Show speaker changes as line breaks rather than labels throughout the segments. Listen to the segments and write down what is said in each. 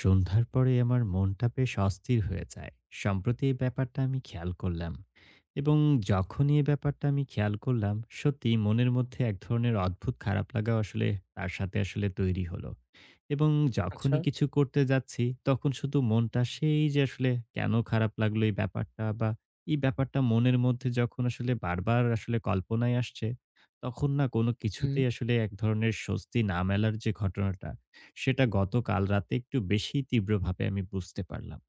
সন্ধ্যার পরে আমার মনটা বেশ অস্থির হয়ে যায়। সম্প্রতি এই ব্যাপারটা আমি খেয়াল করলাম এবং যখনই এই ব্যাপারটা আমি খেয়াল করলাম, সত্যিই মনের মধ্যে এক ধরনের অদ্ভুত খারাপ লাগা আসলে তার সাথে আসলে তৈরি হলো। এবং
আচ্ছা।
যখনই কিছু করতে যাচ্ছি, তখন শুধু মনটা সেই যে আসলে কেন খারাপ লাগলো এই ব্যাপারটা বা এই ব্যাপারটা মনের মধ্যে যখন আসলে বারবার আসলে কল্পনায় আসছে, তখন না কোনো
হুম,
কিছুতেই আসলে এক ধরনের স্বস্তি না মেলার যে ঘটনাটা, সেটা গতকাল রাতে একটু বেশিই তীব্রভাবে আমি বুঝতে পারলাম।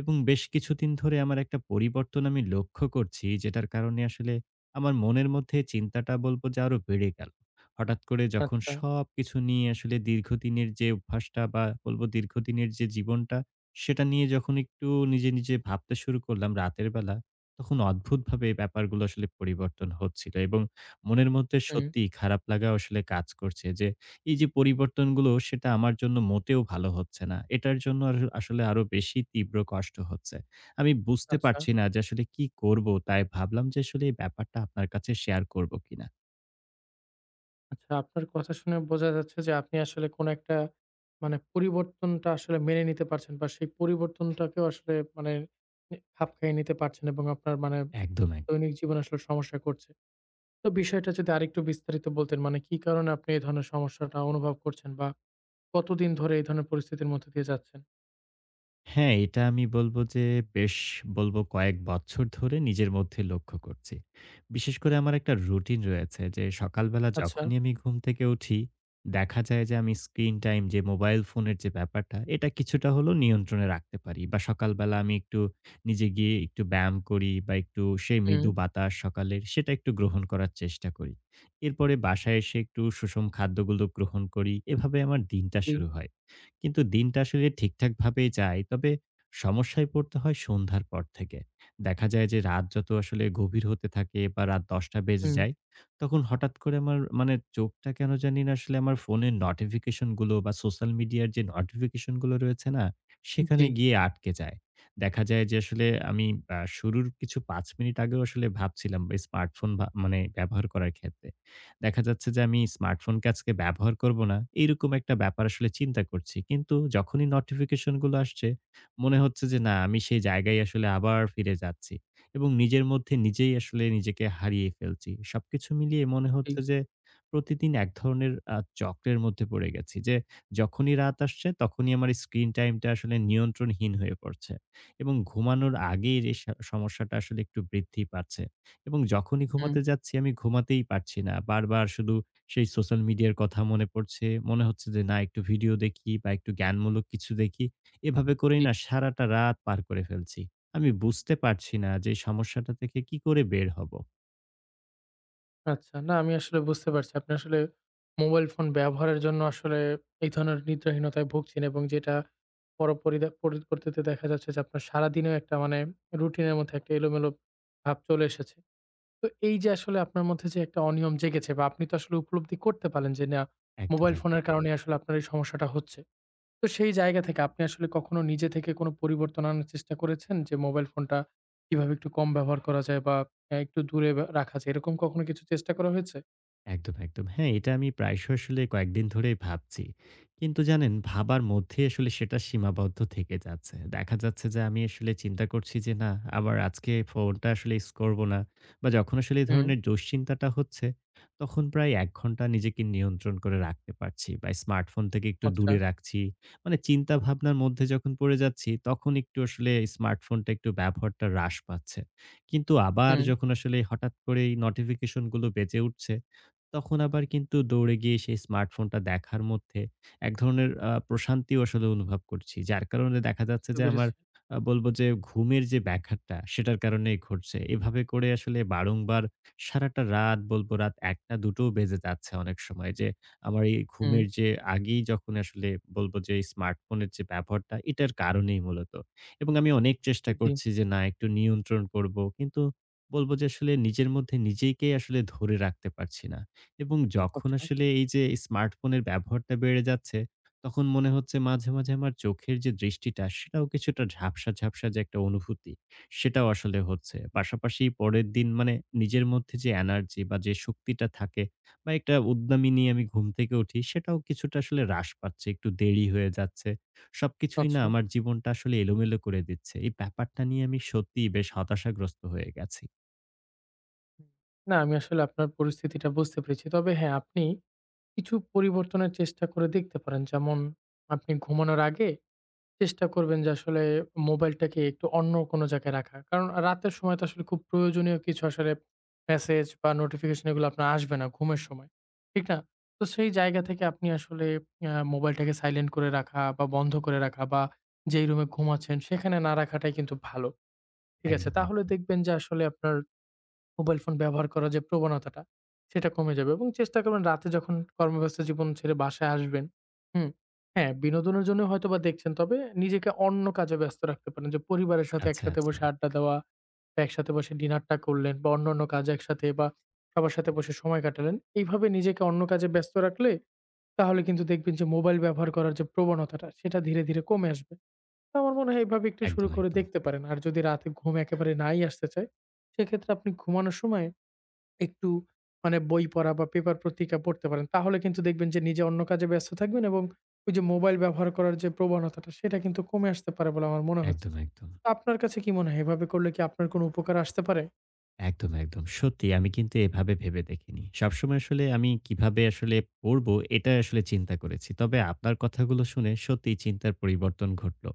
এবং বেশ কিছুদিন ধরে আমার একটা পরিবর্তন আমি লক্ষ্য করছি, যেটার কারণে আসলে আমার মনের মধ্যে চিন্তাটা বলব যে আরো বেড়ে গেল। হঠাৎ করে যখন
আচ্ছা,
সবকিছু নিয়ে আসলে দীর্ঘদিনের যে অভ্যাসটা বা বলব দীর্ঘদিনের যে জীবনটা, সেটা নিয়ে যখন একটু নিজে, নিজে ভাবতে শুরু করলাম রাতের বেলা, তখন অদ্ভুতভাবে এই ব্যাপারগুলো আসলে পরিবর্তন হচ্ছিল। এবং মনের মধ্যে
হুম,
সত্যিই খারাপ লাগা আসলে কাজ করছে যে এই যে পরিবর্তনগুলো সেটা আমার জন্য মোটেও ভালো হচ্ছে না। এটার জন্য আর আসলে আরো বেশি তীব্র কষ্ট হচ্ছে। আমি বুঝতে
আচ্ছা,
পারছি না যে আসলে কি করব? তাই ভাবলাম যে আসলে এই ব্যাপারটা আপনার কাছে শেয়ার করব কিনা?
আচ্ছা। আপনার কথা শুনে বোঝা যাচ্ছে যে আপনি আসলে কোন একটা মানে পরিবর্তনটা আসলে মেনে নিতে পারছেন বা সেই পরিবর্তনটাকেও আসলে মানে খাপ খাইয়ে নিতে পারছেন এবং আপনার মানে
একদম, একদম।
দৈনিক জীবনে আসলে সমস্যা করছে। তো বিষয়টা যদি আরেকটু বিস্তারিত বলতেন, মানে কি কারণে আপনি এই ধরনের সমস্যাটা অনুভব করছেন বা কতদিন ধরে এই ধরনের পরিস্থিতির মধ্যে দিয়ে যাচ্ছেন?
হ্যাঁ, এটা আমি বলব যে বেশ বলব কয়েক বছর ধরে নিজের মধ্যে লক্ষ্য করছি। বিশেষ করে আমার একটা রুটিন রয়েছে যে সকালবেলা জি।
আচ্ছা,
যখনই আমি ঘুম থেকে উঠি, দেখা যায় যে আমি স্ক্রিন টাইম যে মোবাইল ফোনের যে ব্যাপারটা, এটা কিছুটা হলেও নিয়ন্ত্রণে রাখতে পারি। বা সকালবেলা আমি একটু নিজে গিয়ে একটু ব্যায়াম করি বা একটু সেই
হুম,
মৃদু বাতাস সকালের সেটা একটু গ্রহণ করার চেষ্টা করি। এরপরে বাসায় এসে একটু সুষম খাদ্যগুলো গ্রহণ করি। এভাবে আমার দিনটা
জি,
শুরু হয়। কিন্তু দিনটা আসলে ঠিকঠাকভাবেই যায়। তবে সমস্যায় পড়তে হয় সন্ধ্যার পর থেকে। দেখা যায় যে রাত যত আসলে গভীর হতে থাকে বা রাত ১০টা বেজে
হুম,
যায়, তখন হঠাৎ করে আমার মানে চোখটা কেন জানি না আসলে আমার ফোনের নোটিফিকেশন গুলো বা সোশ্যাল মিডিয়ার যে নোটিফিকেশন গুলো রয়েছে না,
জি,
সেখানে গিয়ে আটকে যায়। দেখা যায় যে আসলে আমি শুরুর কিছু ৫ মিনিট আগেও আসলে ভাবছিলাম স্মার্টফোন মানে ব্যবহার করার ক্ষেত্রে। দেখা যাচ্ছে যে আমি স্মার্টফোনকে আজকে ব্যবহার করব না। এইরকম একটা ব্যাপার আসলে চিন্তা করছি। কিন্তু যখনই নোটিফিকেশন গুলো আসছে মনে হচ্ছে যে না আমি সেই জায়গায় আসলে আবার ফিরে যাচ্ছি। এবং নিজের মধ্যে নিজেই আসলে নিজেকে হারিয়ে ফেলছি। সবকিছু মিলিয়ে মনে
জি,
হচ্ছে যে প্রতিদিন এক ধরনের চক্রের মধ্যে পড়ে গেছি যে যখনই রাত আসছে তখনই আমার স্ক্রিন টাইমটা আসলে নিয়ন্ত্রণহীন হয়ে পড়ছে। এবং ঘুমানোর আগের এই সমস্যাটা আসলে একটু বৃদ্ধি পাচ্ছে। এবং যখনই
হুম,
ঘুমাতে যাচ্ছি আমি ঘুমাতেই পারছি না। বারবার শুধু সেই সোশ্যাল মিডিয়ার কথা মনে পড়ছে। মনে হচ্ছে যে না একটু ভিডিও দেখি বা একটু জ্ঞানমূলক কিছু দেখি। এভাবে করেই
জি।
না সারাটা রাত পার করে ফেলছি। আমি বুঝতে পারছি না যে সমস্যাটা থেকে কি করে বের হব?
আচ্ছা। না, আমি আসলে বুঝতে পারছি। আপনি আসলে মোবাইল ফোন ব্যবহারের জন্য আসলে এই ধরনের নিদ্রাহীনতায় ভুগছেন এবং যেটা পরিবর্তিতে দেখা যাচ্ছে যে আপনার সারাদিনেও একটা মানে রুটিনের মধ্যে একটা এলোমেলো ভাব চলে এসেছে। তো এই যে আসলে আপনার মধ্যে যে একটা অনিয়ম জেগেছে বা আপনি তো আসলে উপলব্ধি করতে পারলেন যে না,
একদম,
মোবাইল
একদম।
ফোনের কারণেই আসলে আপনার এই সমস্যাটা হচ্ছে। তো সেই জায়গা থেকে আপনি আসলে কখনো নিজে থেকে কোনো পরিবর্তন আনার চেষ্টা করেছেন? যে মোবাইল ফোনটা কিভাবে একটু কম ব্যবহার করা যায় বা একটু দূরে বা রাখা যায়, এরকম কখনো কিছু চেষ্টা করা হয়েছে?
একদম, একদম। হ্যাঁ, এটা আমি প্রায়শই আসলে কয়েকদিন ধরেই ভাবছি। কিন্তু জানেন ভাবার মধ্যেই আসলে সেটা সীমাবদ্ধ থেকে যাচ্ছে। দেখা যাচ্ছে যে আমি আসলে চিন্তা করছি যে না আবার আজকে ফোনটা আসলে ইউজ করব না বা যখন আসলে এই
হুম,
ধরনের দুশ্চিন্তাটা হচ্ছে তখন প্রায় ১ ঘন্টা নিজেকে নিয়ন্ত্রণ করে রাখতে পারছি বা স্মার্টফোন থেকে একটু
আচ্ছা।
দূরে রাখছি। মানে চিন্তা ভাবনার মধ্যে যখন পড়ে যাচ্ছি তখন একটু আসলে স্মার্টফোনটা একটু ব্যবহারটা হ্রাস পাচ্ছে। কিন্তু আবার
হুম,
যখন আসলে হঠাৎ করেই নোটিফিকেশন গুলো বেজে উঠছে তখন আবার কিন্তু দৌড়ে গিয়ে সেই স্মার্টফোনটা দেখার মধ্যে এক ধরনের প্রশান্তিও আসলে অনুভব করছি। যার কারণে দেখা যাচ্ছে
বুঝতে
যে আমার
পেরেছি।
বলব যে ঘুমের যে ব্যাঘাতটা সেটার কারণেই ঘটছে। এভাবে করে আসলে বারংবার সারাটা রাত বলব রাত ১ঃ০০-২ঃ০০ বেজে যাচ্ছে অনেক সময় যে আমার এই
হুম,
ঘুমের যে আগেই যখন আসলে বলব যে এই স্মার্টফোনের যে ব্যবহারটা এটার কারণেই মূলত। এবং আমি অনেক চেষ্টা
জি,
করছি যে না একটু নিয়ন্ত্রণ করব। কিন্তু বলব যে আসলে নিজের মধ্যে নিজেকেই আসলে ধরে রাখতে পারছি না। এবং যখন
আচ্ছা,
আসলে এই যে স্মার্টফোনের ব্যবহারটা বেড়ে যাচ্ছে, তখন মনে হচ্ছে মাঝে, মাঝে আমার চোখের যে দৃষ্টিটা সেটাও কিছুটা ঝাপসা, ঝাপসা যে একটা অনুভূতি সেটাও আসলে হচ্ছে। পাশাপাশি পরের দিন মানে নিজের মধ্যে যে এনার্জি বা যে শক্তিটা থাকে বা একটা উদ্যমী নিয়ে আমি ঘুম থেকে উঠি সেটাও কিছুটা আসলে হ্রাস পাচ্ছে। একটু দেরি হয়ে যাচ্ছে। সবকিছুই না
আচ্ছা।
আমার জীবনটা আসলে এলোমেলো করে দিচ্ছে। এই ব্যাপারটা নিয়ে আমি সত্যিই বেশ হতাশাগ্রস্ত হয়ে গেছি।
হুম। না, আমি আসলে আপনার পরিস্থিতিটা বুঝতে পেরেছি। তবে হ্যাঁ, আপনি কিছু পরিবর্তনের চেষ্টা করে দেখতে পারেন। যেমন, আপনি ঘুমানোর আগে চেষ্টা করবেন যে আসলে মোবাইলটাকে একটু অন্য কোনো জায়গায় রাখা। কারণ রাতের সময় তো আসলে খুব প্রয়োজনীয় কিছু, আসলে মেসেজ বা নোটিফিকেশন এগুলো আপনার আসবে না ঘুমের সময়। ঠিক না? তো সেই জায়গা থেকে আপনি আসলে মোবাইলটাকে সাইলেন্ট করে রাখা বা বন্ধ করে রাখা বা যেই রুমে ঘুমাচ্ছেন সেখানে না রাখাটাই কিন্তু ভালো। ঠিক আছে?
একদম,
তাহলে
একদম।
দেখবেন যে আসলে আপনার মোবাইল ফোন ব্যবহার করার যে প্রবণতাটা, সেটা কমে যাবে এবং চেষ্টা করবেন রাতে যখন কর্মব্যস্ত জীবন ছেড়ে বাসায় আসবেন। হুম? হ্যাঁ, বিনোদনের জন্য হয়তোবা দেখছেন। তবে নিজেকে অন্য কাজে ব্যস্ত রাখতে পারেন। যে পরিবারের সাথে
আচ্ছা,
একসাথে
আচ্ছা।
বসে আড্ডা দেওয়া, বা একসাথে বসে ডিনারটা করলেন বা অন্যান্য কাজ একসাথে, বা সবার সাথে বসে সময় কাটালেন। এইভাবে নিজেকে অন্য কাজে ব্যস্ত রাখলে তাহলে কিন্তু দেখবেন যে মোবাইল ব্যবহার করার যে প্রবণতাটা, সেটা ধীরে, ধীরে কমে আসবে। তো আমার মনে হয় এভাবে একটু শুরু
একদম,
করে
একদম।
দেখতে পারেন। আর যদি রাতে ঘুম একেবারে নাই আসতে চায়, সেক্ষেত্রে আপনি ঘুমানোর সময় একটু মানে বই পড়া বা পেপার পত্রিকা পড়তে পারেন। তাহলে কিন্তু দেখবেন যে নিজে অন্য কাজে ব্যস্ত থাকবেন এবং ওই যে মোবাইল ব্যবহার করার যে প্রবণতাটা, সেটা কিন্তু কমে আসতে পারে বলে আমার মনে হচ্ছে।
একদম, একদম।
তো আপনার কাছে কি মনে হয় এভাবে করলে কি আপনার কোনো উপকার আসতে পারে?
একদম, একদম। সত্যি আমি কিন্তু এভাবে ভেবে দেখিনি। সবসময় আসলে আমি কিভাবে আসলে পড়বো এটা আসলে চিন্তা করেছি। তবে আপনার কথাগুলো শুনে সত্যিই চিন্তার পরিবর্তন ঘটলো।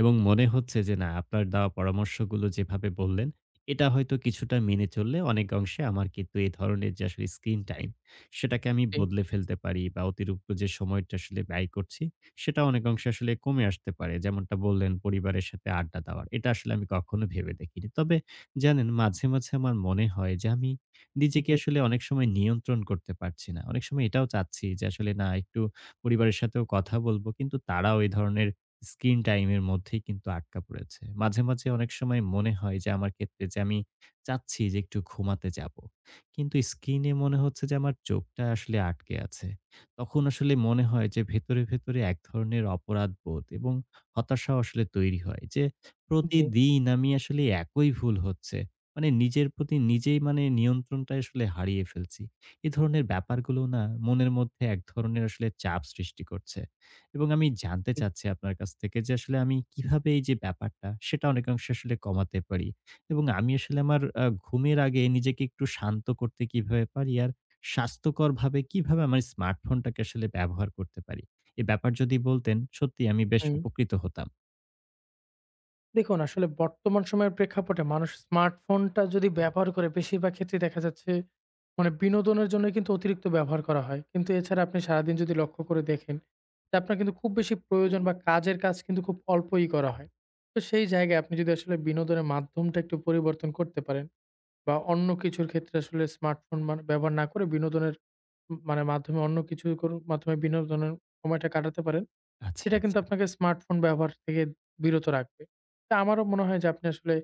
এবং মনে হচ্ছে যে না আপনার দেওয়া পরামর্শগুলো যেভাবে বললেন, এটা হয়তো কিছুটা মেনে চললে অনেক অংশে আমার কিন্তু এ ধরনের যে আসলে স্ক্রিন টাইম সেটাকে আমি
জি,
বদলে ফেলতে পারি বা অতিরিক্ত যে সময়টা আসলে ব্যয় করছি সেটা অনেক অংশে আসলে কমে আসতে পারে। যেমনটা বললেন পরিবারের সাথে আড্ডা দেওয়ার। এটা আসলে আমি কখনো ভেবে দেখিনি। তবে জানেন মাঝে, মাঝে আমার মনে হয় যে আমি নিজেকে
জি,
আসলে অনেক সময় নিয়ন্ত্রণ করতে পারছি না। অনেক সময় এটাও চাচ্ছি যে আসলে না একটু পরিবারের সাথেও কথা বলবো। কিন্তু তারাও এই ধরনের স্ক্রিন টাইম এর মধ্যেই কিন্তু আটকা পড়েছে। মাঝে, মাঝে অনেক সময় মনে হয় যে আমার ক্ষেত্রে যে আমি চাচ্ছি যে একটু ঘুমাতে যাবো। কিন্তু স্ক্রিনে মনে হচ্ছে যে আমার চোখটা আসলে আটকে আছে। তখন আসলে মনে হয় যে ভেতরে, ভেতরে এক ধরনের অপরাধবোধ এবং হতাশাও আসলে তৈরি হয় যে
জি,
প্রতিদিন আমি আসলে একই ভুল হচ্ছে। মানে নিজের প্রতি নিজেই মানে নিয়ন্ত্রণটা আসলে হারিয়ে ফেলছি। এ ধরনের ব্যাপারগুলো না মনের মধ্যে এক ধরনের আসলে চাপ সৃষ্টি করছে। এবং আমি জানতে
জি।
চাচ্ছি আপনার কাছ থেকে যে আসলে আমি কিভাবে এই যে ব্যাপারটা সেটা অনেকাংশে আসলে কমাতে পারি? এবং আমি আসলে আমার ঘুমের আগে নিজেকে একটু শান্ত করতে কিভাবে পারি? আর স্বাস্থ্যকরভাবে কিভাবে আমার স্মার্টফোনটাকে আসলে ব্যবহার করতে পারি? এ ব্যাপার যদি বলতেন সত্যিই আমি বেশ
হুম।
উপকৃত হতাম।
দেখুন, আসলে বর্তমান সময়ের প্রেক্ষাপটে মানুষ স্মার্টফোনটা যদি ব্যবহার করে, বেশিরভাগ ক্ষেত্রেই দেখা যাচ্ছে মানে বিনোদনের জন্য কিন্তু অতিরিক্ত ব্যবহার করা হয়। কিন্তু এছাড়া আপনি সারাদিন যদি লক্ষ্য করে দেখেন যে আপনার কিন্তু খুব বেশি প্রয়োজন বা কাজের কাজ কিন্তু খুব অল্পই করা হয়। তো সেই জায়গায় আপনি যদি আসলে বিনোদনের মাধ্যমটা একটু পরিবর্তন করতে পারেন বা অন্য কিছুর ক্ষেত্রে আসলে স্মার্টফোন ব্যবহার না করে বিনোদনের মানে মাধ্যমে, অন্য কিছুর কোনো মাধ্যমে বিনোদনের সময়টা কাটাতে পারেন।
আচ্ছা,
সেটা কিন্তু
আচ্ছা।
আপনাকে স্মার্টফোন ব্যবহার থেকে বিরত রাখবে। তা আমারও মনে হয় যে আপনি আসলে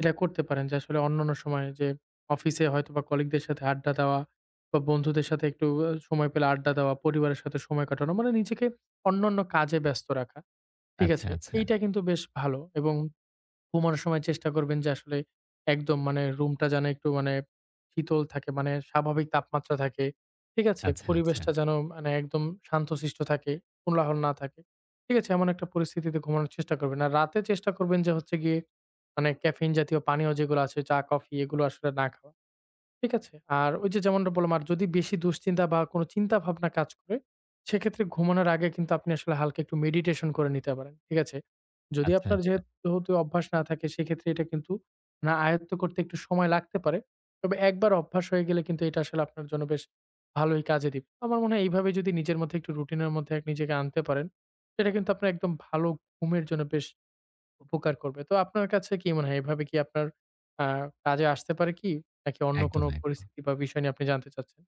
এটা করতে পারেন যে আসলে অন্যান্য সময়ে, যে অফিসে হয়তোবা কলিগদের সাথে আড্ডা দেওয়া বা বন্ধুদের সাথে একটু সময় পেলে আড্ডা দেওয়া, পরিবারের সাথে সময় কাটানো, মানে নিজেকে অন্যান্য কাজে ব্যস্ত রাখা। ঠিক
আচ্ছা,
আছে?
আচ্ছা,
এইটা কিন্তু বেশ ভালো। এবং ঘুমানোর সময় চেষ্টা করবেন যে আসলে একদম, মানে রুমটা যেন একটু মানে শীতল থাকে, মানে স্বাভাবিক তাপমাত্রা থাকে। ঠিক আছে?
আচ্ছা, আচ্ছা,
পরিবেশটা যেন মানে একদম শান্তশিষ্ট থাকে, কোলাহল না থাকে। ঠিক আছে? এমন একটা পরিস্থিতিতে ঘুমানোর চেষ্টা করবেন। আর রাতে চেষ্টা করবেন যে হচ্ছে গিয়ে মানে ক্যাফেইন জাতীয় পানীয় যেগুলো আছে চা, কফি, এগুলো আসলে না খাওয়া। ঠিক আছে? আর ওই যে যেমনটা বললাম, আর যদি বেশি দুশ্চিন্তা বা কোনো চিন্তা ভাবনা কাজ করে, সেক্ষেত্রে ঘুমানোর আগে কিন্তু আপনি আসলে হালকা একটু মেডিটেশন করে নিতে পারেন। ঠিক আছে? যদি
আচ্ছা,
আপনার
আচ্ছা।
যেহেতু অভ্যাস না থাকে, সেক্ষেত্রে এটা কিন্তু না আয়ত্ত করতে একটু সময় লাগতে পারে। তবে একবার অভ্যাস হয়ে গেলে কিন্তু এটা আসলে আপনার জন্য বেশ ভালোই কাজে দিবে। আমার মনে হয় এইভাবে যদি নিজের মধ্যে একটু রুটিনের মধ্যে এক নিজেকে আনতে পারেন, সেটা কিন্তু আপনার একদম ভালো ঘুমের জন্য বেশ উপকার করবে। তো আপনার কাছে কি মনে হয় এভাবে কি আপনার আ কাজে আসতে পারে কি? নাকি অন্য কোনো
একদম, একদম।
পরিস্থিতি বা বিষয় নিয়ে আপনি জানতে চাচ্ছেন?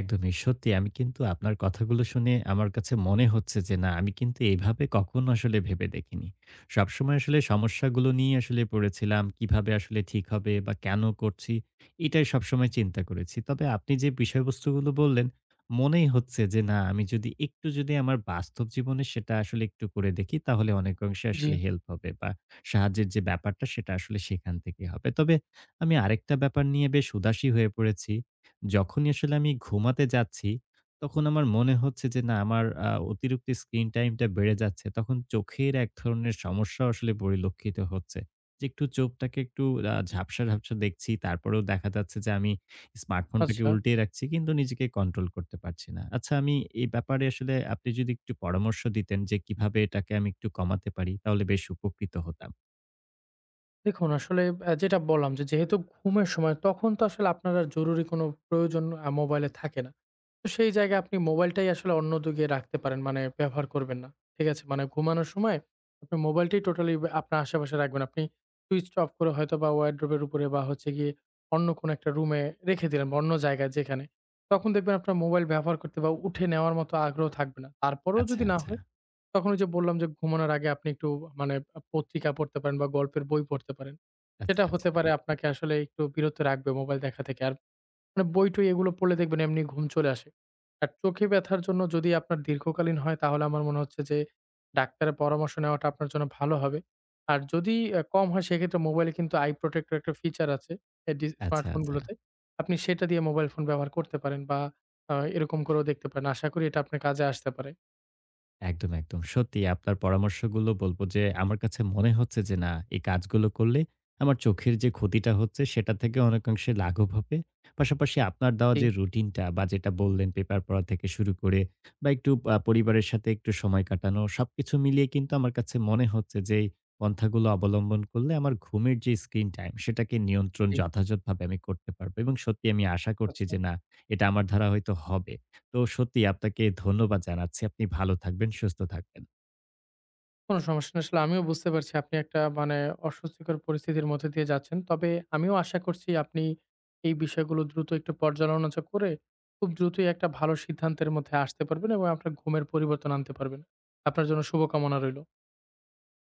একদমই সত্যি আমি কিন্তু আপনার কথাগুলো শুনে আমার কাছে মনে হচ্ছে যে না আমি কিন্তু এইভাবে কখনো আসলে ভেবে দেখিনি। সবসময় আসলে সমস্যাগুলো নিয়ে আসলে পড়েছিলাম কিভাবে আসলে ঠিক হবে বা কেন করছি এটাই সবসময় চিন্তা করেছি। তবে আপনি যে বিষয়বস্তুগুলো বললেন মনেই হচ্ছে যে না আমি যদি একটু যদি আমার বাস্তব জীবনে সেটা আসলে একটু করে দেখি তাহলে অনেক অংশে
জি,
আসলে হেল্প হবে বা সাহায্যের যে ব্যাপারটা সেটা আসলে সেখান থেকে হবে। তবে আমি আরেকটা ব্যাপার নিয়ে বেশ উদাসী হয়ে পড়েছি। যখনই আসলে আমি ঘুমাতে যাচ্ছি, তখন আমার মনে হচ্ছে যে না আমার অতিরিক্ত স্ক্রিন টাইমটা বেড়ে যাচ্ছে। তখন চোখের এক ধরনের সমস্যা আসলে পরিলক্ষিত হচ্ছে। যে একটু চোখটাকে একটু ঝাপসা, ঝাপসা দেখছি। তারপরেও দেখা যাচ্ছে যে আমি স্মার্টফোনটাকে
আচ্ছা।
উল্টিয়ে রাখছি কিন্তু নিজেকে কন্ট্রোল করতে পারছি না। আচ্ছা আমি এই ব্যাপারে আসলে আপনি যদি একটু পরামর্শ দিতেন যে কিভাবে এটাকে আমি একটু কমাতে পারি তাহলে বেশ উপকৃত হতাম।
দেখুন, আসলে যেটা বললাম যে যেহেতু ঘুমের সময় তখন তো আসলে আপনার আর জরুরি কোনো প্রয়োজন মোবাইলে থাকে না। তো সেই জায়গায় আপনি মোবাইলটাই আসলে অন্যদিকে রাখতে পারেন, মানে ব্যবহার করবেন না। ঠিক আছে? মানে ঘুমানোর সময় আপনি মোবাইলটাই টোটালি আপনার আশেপাশে রাখবেন। আপনি সুইচটা অফ করে হয়তোবা ওয়ারড্রোবের উপরে বা হচ্ছে গিয়ে অন্য কোনো একটা রুমে রেখে দিলেন বা অন্য জায়গায় যেখানে। তখন দেখবেন আপনার মোবাইল ব্যবহার করতে বা উঠে নেওয়ার মতো আগ্রহ থাকবে না। তারপরেও
আচ্ছা,
যদি না
আচ্ছা।
হয়, তখন ওই যে বললাম যে ঘুমানোর আগে আপনি একটু মানে পত্রিকা পড়তে পারেন বা গল্পের বই পড়তে পারেন।
আচ্ছা,
সেটা হতে
আচ্ছা।
পারে আপনাকে আসলে একটু বিরত রাখবে মোবাইল দেখা থেকে। আর মানে বই-টই এগুলো পড়লে দেখবেন এমনি ঘুম চলে আসে। আর চোখে ব্যথার জন্য যদি আপনার দীর্ঘকালীন হয় তাহলে আমার মনে হচ্ছে যে ডাক্তারের পরামর্শ নেওয়াটা আপনার জন্য ভালো হবে। আর যদি কম হয়, সেক্ষেত্রে মোবাইলে কিন্তু আই প্রোটেক্টর একটা ফিচার আছে এ ডি
আচ্ছা, আচ্ছা।
স্মার্টফোনগুলোতে। আপনি সেটা দিয়ে মোবাইল ফোন ব্যবহার করতে পারেন বা এরকম করেও দেখতে পারেন। আশা করি এটা আপনার কাজে আসতে পারে।
একদম, একদম। সত্যি আপনার পরামর্শগুলো বলব যে আমার কাছে মনে হচ্ছে যে না এই কাজগুলো করলে আমার চোখের যে ক্ষতিটা হচ্ছে সেটা থেকে অনেকাংশে লাঘব হবে। পাশাপাশি আপনার দেওয়া
জি,
যে রুটিনটা বা যেটা বললেন পেপার পড়া থেকে শুরু করে বা একটু পরিবারের সাথে একটু সময় কাটানো সবকিছু মিলিয়ে কিন্তু আমার কাছে মনে হচ্ছে যে এই পন্থাগুলো অবলম্বন করলে আমার ঘুমের যে স্ক্রিন টাইম সেটাকে নিয়ন্ত্রণ
জি।
যথাযথভাবে আমি করতে পারবো। এবং সত্যি আমি আশা করছি
আচ্ছা।
যে না এটা আমার দ্বারা হয়তো হবে। তো সত্যি আপনাকে ধন্যবাদ জানাচ্ছি। আপনি ভালো থাকবেন, সুস্থ থাকবেন।
কোন সমস্যা না। আসলে আমিও বুঝতে পারছি আপনি একটা মানে অস্বস্তিকর পরিস্থিতির মধ্যে দিয়ে যাচ্ছেন। তবে আমিও আশা করছি আপনি এই বিষয়গুলো দ্রুত একটু পর্যালোচনা করে খুব দ্রুতই একটা ভালো সিদ্ধান্তের মধ্যে আসতে পারবেন এবং আপনার ঘুমের পরিবর্তন আনতে পারবেন। আপনার জন্য শুভকামনা রইল।